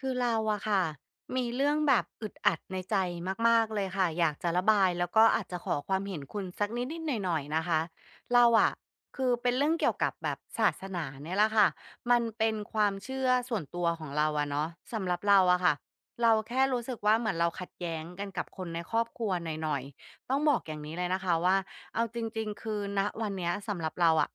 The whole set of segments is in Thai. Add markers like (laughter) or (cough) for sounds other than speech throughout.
คือเราอะค่ะมีเรื่องแบบอึดอัดในใจมากๆเลยค่ะอยากจะระบายแล้วก็อาจจะขอความเห็นคุณสักนิดๆหน่อยๆนะคะเราอะคือเป็นเรื่องเกี่ยวกับแบบศาสนาเนี่ยแหละค่ะมันเป็นความเชื่อส่วนตัวของเราอะเนาะสำหรับเราอะค่ะเราแค่รู้สึกว่าเหมือนเราขัดแย้งกันกับคนในครอบครัวหน่อยๆต้องบอกอย่างนี้เลยนะคะว่าเอาจริงๆคือณวันเนี้ยสำหรับเราอะ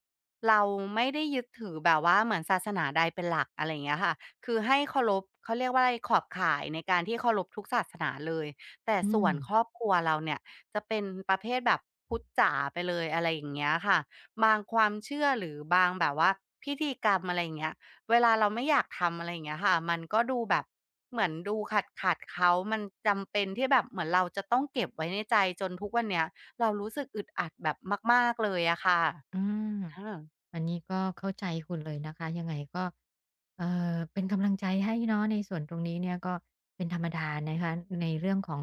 เราไม่ได้ยึดถือแบบว่าเหมือนศาสนาใดเป็นหลักอะไรอย่างเงี้ยค่ะ คือให้เคารพเขาเรียกว่าอะไรขอบข่ายในการที่เคารพทุกศาสนาเลยแต่อืส่วนครมอบครัวเราเนี่ยจะเป็นประเภทแบบพุทธจ๋าไปเลยอะไรอย่างเงี้ยค่ะบางความเชื่อหรือบางแบบว่าพิธีกรรมอะไรอย่างเงี้ยเวลาเราไม่อยากทำอะไรอย่างเงี้ยค่ะมันก็ดูแบบเหมือนดูขัดๆเขามันจำเป็นที่แบบเหมือนเราจะต้องเก็บไว้ในใจจนทุกวันเนี้ยเรารู้สึกอึดอัดแบบมากๆเลยอะค่ะออาาอันนี้ก็เข้าใจคุณเลยนะคะยังไงก็เอ่เป็นกำลังใจให้เนาะในส่วนตรงนี้เนี่ยก็เป็นธรรมดานะคะในเรื่องของ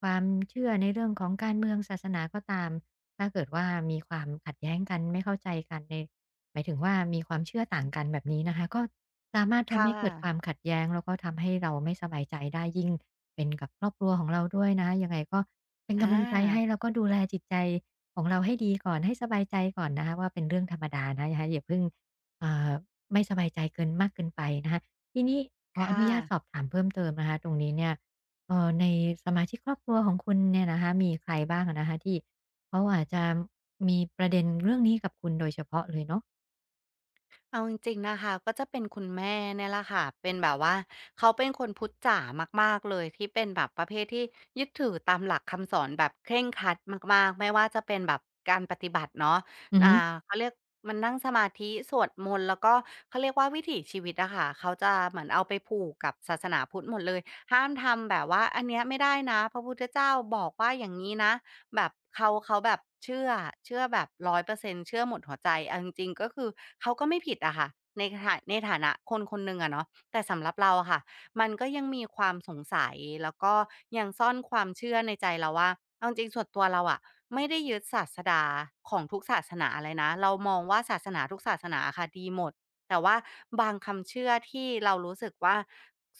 ความเชื่อในเรื่องของการเมืองศาสนาก็ตามถ้าเกิดว่ามีความขัดแย้งกันไม่เข้าใจกันในหมายถึงว่ามีความเชื่อต่างกันแบบนี้นะคะก็สามารถทำค่ะให้เกิดความขัดแย้งแล้วก็ทำให้เราไม่สบายใจได้ยิ่งเป็นกับครอบครัวของเราด้วยนะยังไงก็เป็นอกำลังใจให้าแล้วก็ดูแลจิตใจ ของเราให้ดีก่อนให้สบายใจก่อนนะคะว่าเป็นเรื่องธรรมดานะคะอย่าเพิ่งอ่าไม่สบายใจเกินมากเกินไปนะคะทีนี้ขออนุค่ะ ญาตสอบถามเพิ่มเติมนะคะตรงนี้เนี่ยในสมาชิกครอบครัวของคุณเนี่ยนะคะมีใครบ้างอะนะคะที่เขาอาจจะมีประเด็นเรื่องนี้กับคุณโดยเฉพาะเลยเนาะเอาจริงๆนะคะก็จะเป็นคุณแม่เนี่ยแหละค่ะเป็นแบบว่าเขาเป็นคนพุทธจ๋ามากๆเลยที่เป็นแบบประเภทที่ยึดถือตามหลักคำสอนแบบเคร่งครัดมากๆไม่ว่าจะเป็นแบบการปฏิบัติเนาะอืออ่าฮึเขาเรียกมันนั่งสมาธิสวดมนต์แล้วก็เขาเรียกว่าวิถีชีวิตอะค่ะเขาจะเหมือนเอาไปผูกกับศาสนาพุทธหมดเลยห้ามทำแบบว่าอันเนี้ยไม่ได้นะพระพุทธเจ้าบอกว่าอย่างนี้นะ แบบเขาแบบเชื่อแบบ100%เปอร์เซ็นต์เชื่อหมดหัวใจเอาจริงๆก็คือเขาก็ไม่ผิดอะค่ะในฐานะคนคนหนึ่งอะเนาะแต่สำหรับเราอะค่ะมันก็ยังมีความสงสัยแล้วก็ยังซ่อนความเชื่อในใจเราว่าเอาจริงๆส่วนตัวเราอะไม่ได้ยึดศาสดาของทุกศาสนาเลยนะเรามองว่าศาสนาทุกศาสนาอะค่ะดีหมด แต่ว่าบางคำเชื่อที่เรารู้สึกว่า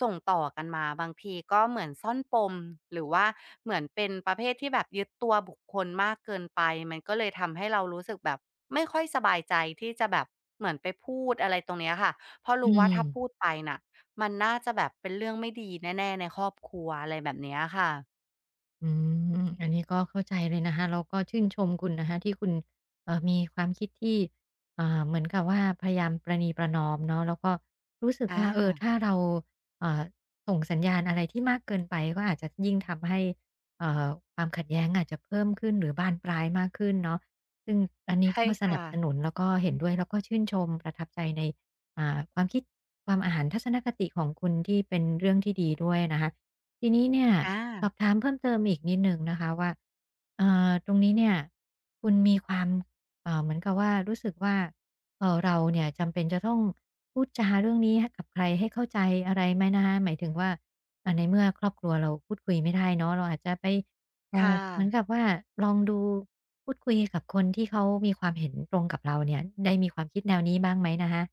ส่งต่อกันมาบางทีก็เหมือนซ่อนปมหรือว่าเหมือนเป็นประเภทที่แบบยึดตัวบุคคลมากเกินไปมันก็เลยทำให้เรารู้สึกแบบไม่ค่อยสบายใจที่จะแบบเหมือนไปพูดอะไรตรงเนี้ยค่ะเพราะอืรู้ว่าถ้าม พูดไปน่ะมันน่าจะแบบเป็นเรื่องไม่ดีแน่ๆในครอบครัวอะไรแบบเนี้ยค่ะอือันนี้ก็เข้าใจเลยนะคะแล้วก็ชื่นชมคุณนะคะที่คุณมีความคิดที่เหมือนกับว่าพยายามประนีประนอมเนาะแล้วก็รู้สึกอว่าเออถ้าาเราเอ่อส่งสัญญาณอะไรที่มากเกินไปก็อาจจะยิ่งทำให้เอ่อความขัดแย้งอาจจะเพิ่มขึ้นหรือบานปลายมากขึ้นเนาะซึ่งอันนี้ใช่ก็สนัค่ะบสนุนแล้วก็เห็นด้วยแล้วก็ชื่นชมประทับใจในความคิดความอาหารทัศนคติของคุณที่เป็นเรื่องที่ดีด้วยนะคะ ทีนี้เนี่ยอาสอบถามเพิ่มเติมอีกนิดหนึ่งนะคะว่าตรงนี้เนี่ยคุณมีความเหมือนกับว่ารู้สึกว่าเราเนี่ยจำเป็นจะต้องพูดจาเรื่องนี้ให้กับใครให้เข้าใจอะไรไหมนะคะหมายถึงว่าในเมื่อครอบครัวเราพูดคุยไม่ได้เนาะเราอาจจะไปค่ะ เหมือนกับว่าลองดูพูดคุยกับคนที่เขามีความเห็นตรงกับเราเนี่ยได้มีความคิดแนวนี้บ้างไหมนะคะ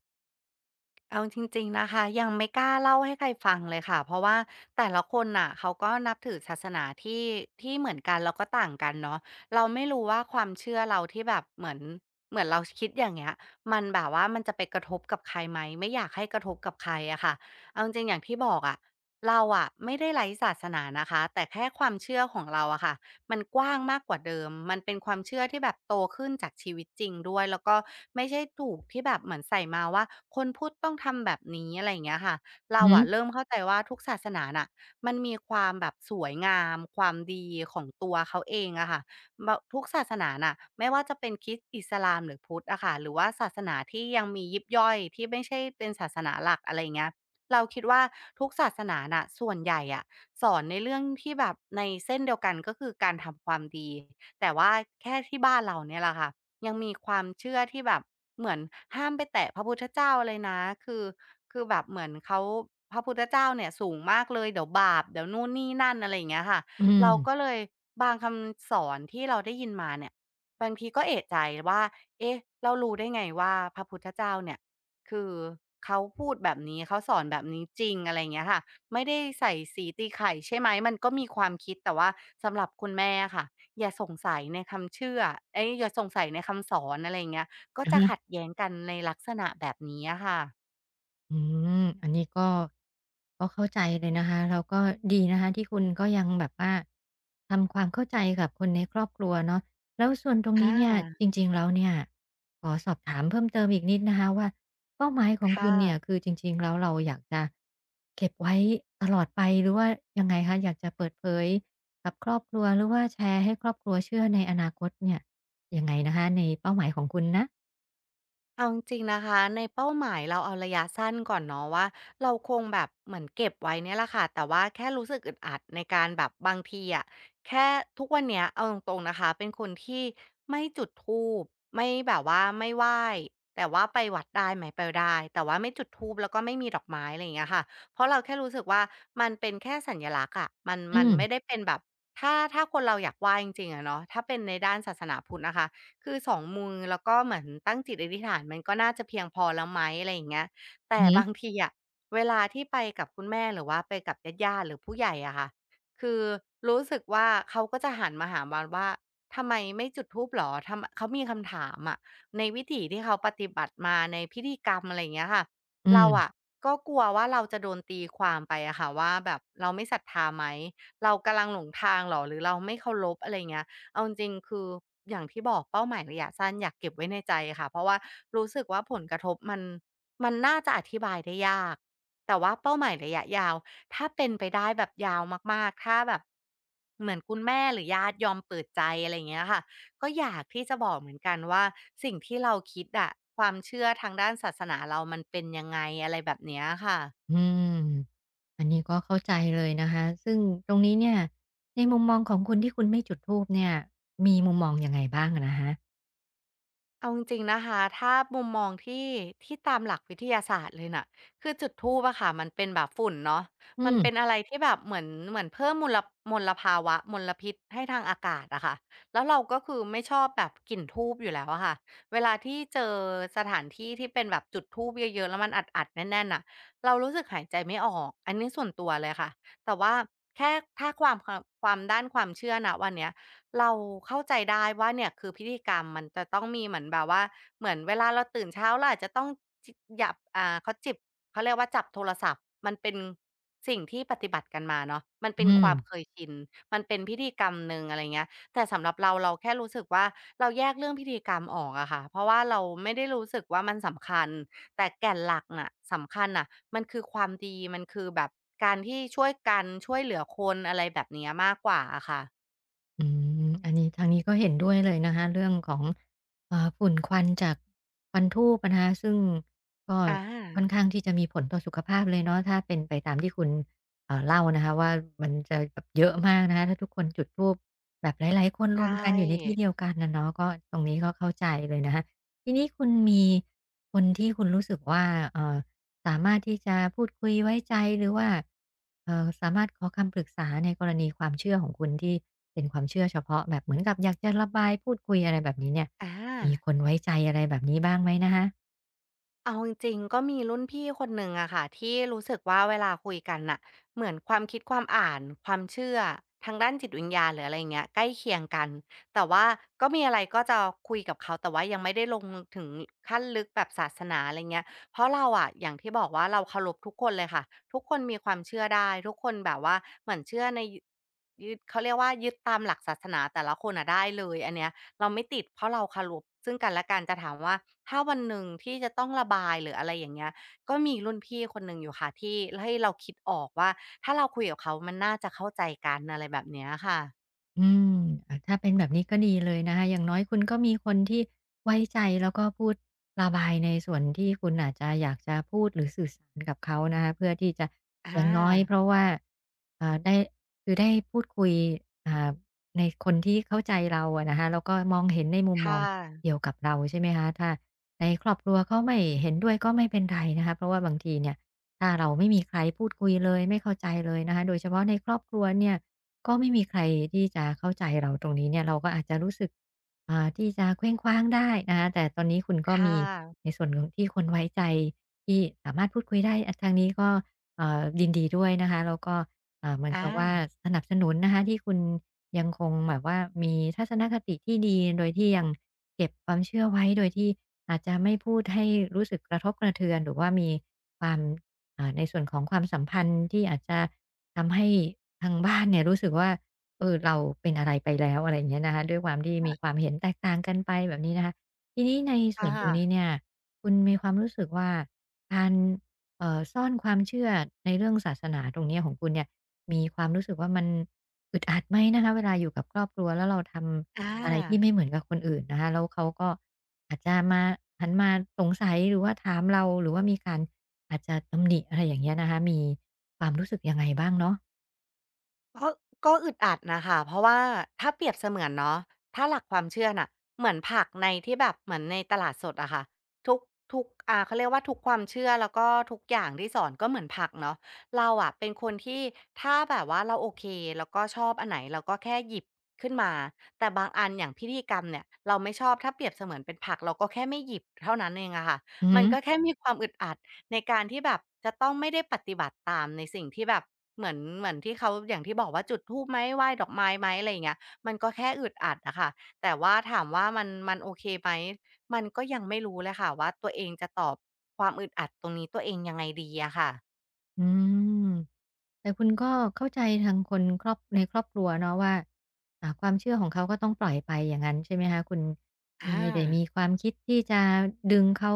เอาจริงๆนะคะยังไม่กล้าเล่าให้ใครฟังเลยค่ะเพราะว่าแต่ละคนน่ะเขาก็นับถือศาสนาที่เหมือนกันแล้วก็ต่างกันเนาะเราไม่รู้ว่าความเชื่อเราที่แบบเหมือนเราคิดอย่างเงี้ยมันแบบว่ามันจะไปกระทบกับใครไหมไม่อยากให้กระทบกับใครอะค่ะเอาจริงๆอย่างที่บอกอะเราอะไม่ได้ไร้ศาสนานะคะแต่แค่ความเชื่อของเราอะค่ะ มันกว้างมากกว่าเดิมมันเป็นความเชื่อที่แบบโตขึ้นจากชีวิตจริงด้วย แล้วก็ไม่ใช่ถูกที่แบบเหมือนใส่มาว่าคนพุทธต้องทำแบบนี้อะไรอย่างเงี้ยค่ะ อืเราอฮึอะเริ่มเข้าใจว่าทุกศาสนาน่ะมันมีความแบบสวยงามความดีของตัวเขาเองอะค่ะบทุกศาสนาน่ะไม่ว่าจะเป็นคริสต์อิสลามหรือพุทธอะค่ะหรือว่าศาสนาที่ยังมียิบย่อยที่ไม่ใช่เป็นศาสนาหลักอะไรอย่างเงี้ยเราคิดว่าทุกศาสนาน่ะส่วนใหญ่อะ สอนในเรื่องที่แบบในเส้นเดียวกันก็คือการทำความดีแต่ว่าแค่ที่บ้านเราเนี่ยแหละค่ะยังมีความเชื่อที่แบบเหมือนห้ามไปแตะพระพุทธเจ้าเลยนะคือคือแบบเหมือนเขาพระพุทธเจ้าเนี่ยสูงมากเลยเดี๋ยวบาปเดี๋ยวนู่นนี่นั่นอะไรอย่างเงี้ยค่ะอืเราม ก็เลยบางคำสอนที่เราได้ยินมาเนี่ยบางทีก็เอะใจว่าเอ๊ะเรารู้ได้ไงว่าพระพุทธเจ้าเนี่ยคือเขาพูดแบบนี้เขาสอนแบบนี้จริงอะไรอย่างเงี้ยค่ะ ไม่ได้ใส่สีตีไข่ใช่ไหมมันก็มีความคิดแต่ว่าสำหรับคุณแม่อะค่ะอย่าสงสัยในคำเชื่อเอ๊ยอย่าสงสัยในคำสอนอะไรอย่างเงี้ยก็จะขัดแย้งกันในลักษณะแบบนี้อะค่ะอือันนี้ก็เข้าใจเลยนะคะแล้วก็ดีนะคะที่คุณก็ยังแบบว่าทำความเข้าใจกับคนในครอบครัวเนาะแล้วส่วนตรงอนี้เนี่ยจาริงๆแล้วเนี่ยขอสอบถามเพิ่มเติมอีกนิดนะคะว่าเป้าหมายของคุค่ะ ณเนี่ยคือจริงๆแล้วเราอยากจะเก็บไว้ตลอดไปหรือว่ายังไงคะอยากจะเปิดเผยกับครอบครัวหรือว่าแชร์ให้ครอบครัวเชื่อในอนาคตเนี่ยยังไงนะคะในเป้าหมายของคุณนะเอาจริงๆนะคะในเป้าหมายเราเอาระยะสั้นก่อนเนาะว่าเราคงแบบเหมือนเก็บไว้เนี่ยแหละค่ะแต่ว่าแค่รู้สึกอึดอัดในการแบบบางทีอะแค่ทุกวันเนี้ยเอาตรงๆนะคะเป็นคนที่ไม่จุดธูปไม่แบบว่าไม่ไหว้แต่ว่าไปวัดได้ไหมไปได้แต่ว่าไม่จุดธูปแล้วก็ไม่มีดอกไม้อะไรอย่างเงี้ยค่ะเพราะเราแค่รู้สึกว่ามันเป็นแค่สัญลักษณ์อะมันอืมันมไม่ได้เป็นแบบถ้าคนเราอยากไหว้จริงๆอะเนาะถ้าเป็นในด้านศาสนาพุทธนะคะ คือ2มือแล้วก็เหมือนตั้งจิตอธิษฐานมันก็น่าจะเพียงพอแล้วไหมอะไรอย่างเงี้ยแต่ อือ (laughs) บางฮึทีอะเวลาที่ไปกับคุณแม่หรือว่าไปกับญาติๆหรือผู้ใหญ่อะค่ะคือรู้สึกว่าเขาก็จะหันมาหาเราว่าทำไมไม่จุดธูปเหรอทำเขามีคำถามอะในวิถีที่เขาปฏิบัติมาในพิธีกรรมอะไรอย่างเงี้ยค่ะอืเราอะม ก็กลัวว่าเราจะโดนตีความไปอะค่ะว่าแบบเราไม่ศรัทธาไหมเรากำลังหลงทางเหรอหรือเราไม่เคารพอะไรอย่างเงี้ย เอาจริงๆคืออย่างที่บอกเป้าหมายระยะสั้นอยากเก็บไว้ในใจค่ะเพราะว่ารู้สึกว่าผลกระทบมันน่าจะอธิบายได้ยากแต่ว่าเป้าหมายระยะยาวถ้าเป็นไปได้แบบยาวมากๆถ้าแบบเหมือนคุณแม่หรือญาติยอมเปิดใจอะไรอย่างเงี้ยค่ะก็อยากที่จะบอกเหมือนกันว่าสิ่งที่เราคิดอะความเชื่อทางด้านศาสนาเรามันเป็นยังไงอะไรแบบเนี้ยค่ะ อืมอันนี้ก็เข้าใจเลยนะคะ ซึ่งตรงนี้เนี่ยในมุมมองของคุณที่คุณไม่จุดธูปเนี่ยมีมุมมองยังไงบ้างอะนะคะเอาจริงๆนะคะถ้ามุมมองที่ตามหลักวิทยาศาสตร์เลยน่ะคือจุดธูปอะค่ะมันเป็นแบบฝุ่นเนาะอืมัมนเป็นอะไรที่แบบเหมือนเพิ่มมลมลภาวะมลพิษให้ทางอากาศอะค่ะแล้วเราก็คือไม่ชอบแบบกลิ่นธูปอยู่แล้วอะค่ะเวลาที่เจอสถานที่ที่เป็นแบบจุดธูปเยอะๆแล้วมันอัดๆแน่นๆอะเรารู้สึกหายใจไม่ออกอันนี้ส่วนตัวเลยค่ะแต่ว่าแค่ถ้าความด้านความเชื่อนะวันเนี้ย เราเข้าใจได้ว่าเนี่ยคือพิธีกรรมมันจะต้องมีเหมือนแบบว่าเหมือนเวลาเราตื่นเช้าเราอาจจะต้องจิหยับเขาจิบเขาเรียกว่าจับโทรศัพท์มันเป็นสิ่งที่ปฏิบัติกันมาเนาะมันเป็อืนความเคม ยชินมันเป็นพิธีกรรมหนึ่งอะไรเงี้ยแต่สำหรับเราเราแค่รู้สึกว่าเราแยกเรื่องพิธีกรรมออกอะค่ะเพราะว่าเราไม่ได้รู้สึกว่ามันสำคัญแต่แก่นหลักน่ะสำคัญน่ะมันคือความดีมันคือแบบการที่ช่วยกันช่วยเหลือคนอะไรแบบเนี้ยมากกว่าอะค่ะอือันนี้ทางนี้ก็เห็นด้วยเลยนะคะเรื่องของฝุ่นควันจากควันธูปอะนะคะซึ่งก็อค่อนา ข้างที่จะมีผลต่อสุขภาพเลยเนาะถ้าเป็นไปตามที่คุณเล่านะคะว่ามันจะแบบเยอะมากนะคะถ้าทุกคนจุดธูปแบบหลายๆคนใชรวมกันอยู่ในที่่เดียวกันน่ะเนาะก็ตรงนี้ก็เข้าใจเลยนะคะทีนี้คุณมีคนที่คุณรู้สึกว่าเอ่อ สามารถที่จะพูดคุยไว้ใจหรือว่าสามารถขอคำปรึกษาในกรณีความเชื่อของคุณที่เป็นความเชื่อเฉพาะแบบเหมือนกับอยากจะระบายพูดคุยอะไรแบบนี้เนี่ยอามีคนไว้ใจอะไรแบบนี้บ้างไหมนะคะ เอาจริงๆก็มีรุ่นพี่คนหนึ่งอะค่ะที่รู้สึกว่าเวลาคุยกันน่ะเหมือนความคิดความอ่านความเชื่อทางด้านจิตวิญญาณหรืออะไรอย่างเงี้ยใกล้เคียงกันแต่ว่าก็มีอะไรก็จะคุยกับเขาแต่ว่ายังไม่ได้ลงถึงขั้นลึกแบบศาสนาอะไรเงี้ยเพราะเราอะอย่างที่บอกว่าเราเคารพทุกคนเลยค่ะทุกคนมีความเชื่อได้ทุกคนแบบว่าเหมือนเชื่อในยึดเขาเรียกว่ายึดตามหลักศาสนาแต่ละคนอะได้เลยอันเนี้ย เราไม่ติดเพราะเราเคารพซึ่งกันและกันแต่ถามว่าถ้าวันหนึ่งที่จะต้องระบายหรืออะไรอย่างเงี้ยก็มีรุ่นพี่คนหนึ่งอยู่ค่ะที่ให้เราคิดออกว่าถ้าเราคุยกับเขามันน่าจะเข้าใจกันอะไรแบบเนี้ยค่ะอืมอะถ้าเป็นแบบนี้ก็ดีเลยนะคะอย่างน้อยคุณก็มีคนที่ไว้ใจแล้วก็พูดระบายในส่วนที่คุณอาจจะอยากจะพูดหรือสื่อสารกับเขานะคะเพื่อที่จะออย่างน้อยเพาราะว่าได้คือได้พูดคุยอ่าในคนที่เข้าใจเราอะนะคะแล้วก็มองเห็นในมุมมองค่ะเดียวกับเราใช่ไหมคะถ้าในครอบครัวเขาไม่เห็นด้วยก็ไม่เป็นไรนะคะเพราะว่าบางทีเนี่ย ถ้าเราไม่มีใครพูดคุยเลยไม่เข้าใจเลยนะคะโดยเฉพาะในครอบครัวเนี่ยก็ไม่มีใครที่จะเข้าใจเราตรงนี้เนี่ยเราก็อาจจะรู้สึกที่จะเคว้งคว้างได้นะคะแต่ตอนนี้คุณก็ค่มีะในส่วนของที่คนไว้ใจที่สามารถพูดคุยได้อะทางนี้ก็ยินดีด้วยนะคะแล้วก็เหมือนอกับว่าาสนับสนุนนะคะที่คุณยังคงแบบว่ามีทัศนคติที่ดีโดยที่ยังเก็บความเชื่อไว้โดยที่อาจจะไม่พูดให้รู้สึกกระทบกระเทือนหรือว่ามีความ ในส่วนของความสัมพันธ์ที่อาจจะทำให้ทางบ้านเนี่ยรู้สึกว่าเออเราเป็นอะไรไปแล้วอะไรอย่างเงี้ยนะคะด้วยความที่มีความเห็นแตกต่างกันไปแบบนี้นะคะทีนี้ในส่ค่วนตระงนี้เนี่ยคุณมีความรู้สึกว่าการซ่อนความเชื่อในเรื่องศาสนาตรงเนี้ยของคุณเนี่ย มีความรู้สึกว่ามันอึดอัดไหมนะคะเวลาอยู่กับครอบครัวแล้วเราทอา ำอะไรที่ไม่เหมือนกับคนอื่นนะคะแล้วเขาก็อาจจะมาหันมาสงสัยหรือว่าถามเราหรือว่ามีการอาจจะตำหนิอะไรอย่างเงี้ยนะคะมีความรู้สึกยังไงบ้างเนาะก็ก็อึดอัดนะค่ะเพราะว่าถ้าเปรียบเสมือนเนาะถ้าหลักความเชื่อน่ะเหมือนผักในที่แบบเหมือนในตลาดสดอะค่ะทุกทุกอ่าเขาเรียกว่าทุกความเชื่อแล้วก็ทุกอย่างที่สอนก็เหมือนผักเนาะเราอะเป็นคนที่ถ้าแบบว่าเราโอเคแล้วก็ชอบอันไหนเราก็แค่หยิบขึ้นมาแต่บางอันอย่างพิธีกรรมเนี่ยเราไม่ชอบถ้าเปรียบเสมือนเป็นผักเราก็แค่ไม่หยิบเท่านั้นเองอะค่ะอือฮึ มันก็แค่มีความอึดอัดในการที่แบบจะต้องไม่ได้ปฏิบัติตามในสิ่งที่แบบ เหมือนที่เขาอย่างที่บอกว่าจุดธูปไหมไหว้ดอกไม้ไหมอะไรอย่างเงี้ยมันก็แค่อึดอัดอะค่ะแต่ว่าถามว่ามันโอเคไหมมันก็ยังไม่รู้เลยค่ะว่าตัวเองจะตอบความอึดอัดตรงนี้ตัวเองยังไงดีอะค่ะอืมแต่คุณก็เข้าใจทางคนครอบในครอบครัวเนาะว่าความเชื่อของเขาก็ต้องปล่อยไปอย่างนั้นใช่ไหมคะคุณอไม่ได้มีาความคิดที่จะดึงเขา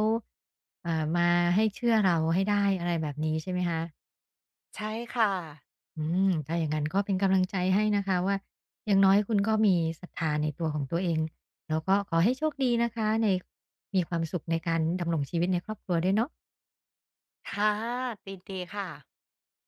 อ่ามาให้เชื่อเราให้ได้อะไรแบบนี้ใช่ไหมคะใช่ค่ะอืมถ้าอย่างนั้นก็เป็นกำลังใจให้นะคะว่าอย่างน้อยคุณก็มีศรัทธาในตัวของตัวเองแล้วก็ขอให้โชคดีนะคะในมีความสุขในการดำรงชีวิตในครอบครัวด้วยเนาะค่ะยินดีค่ะ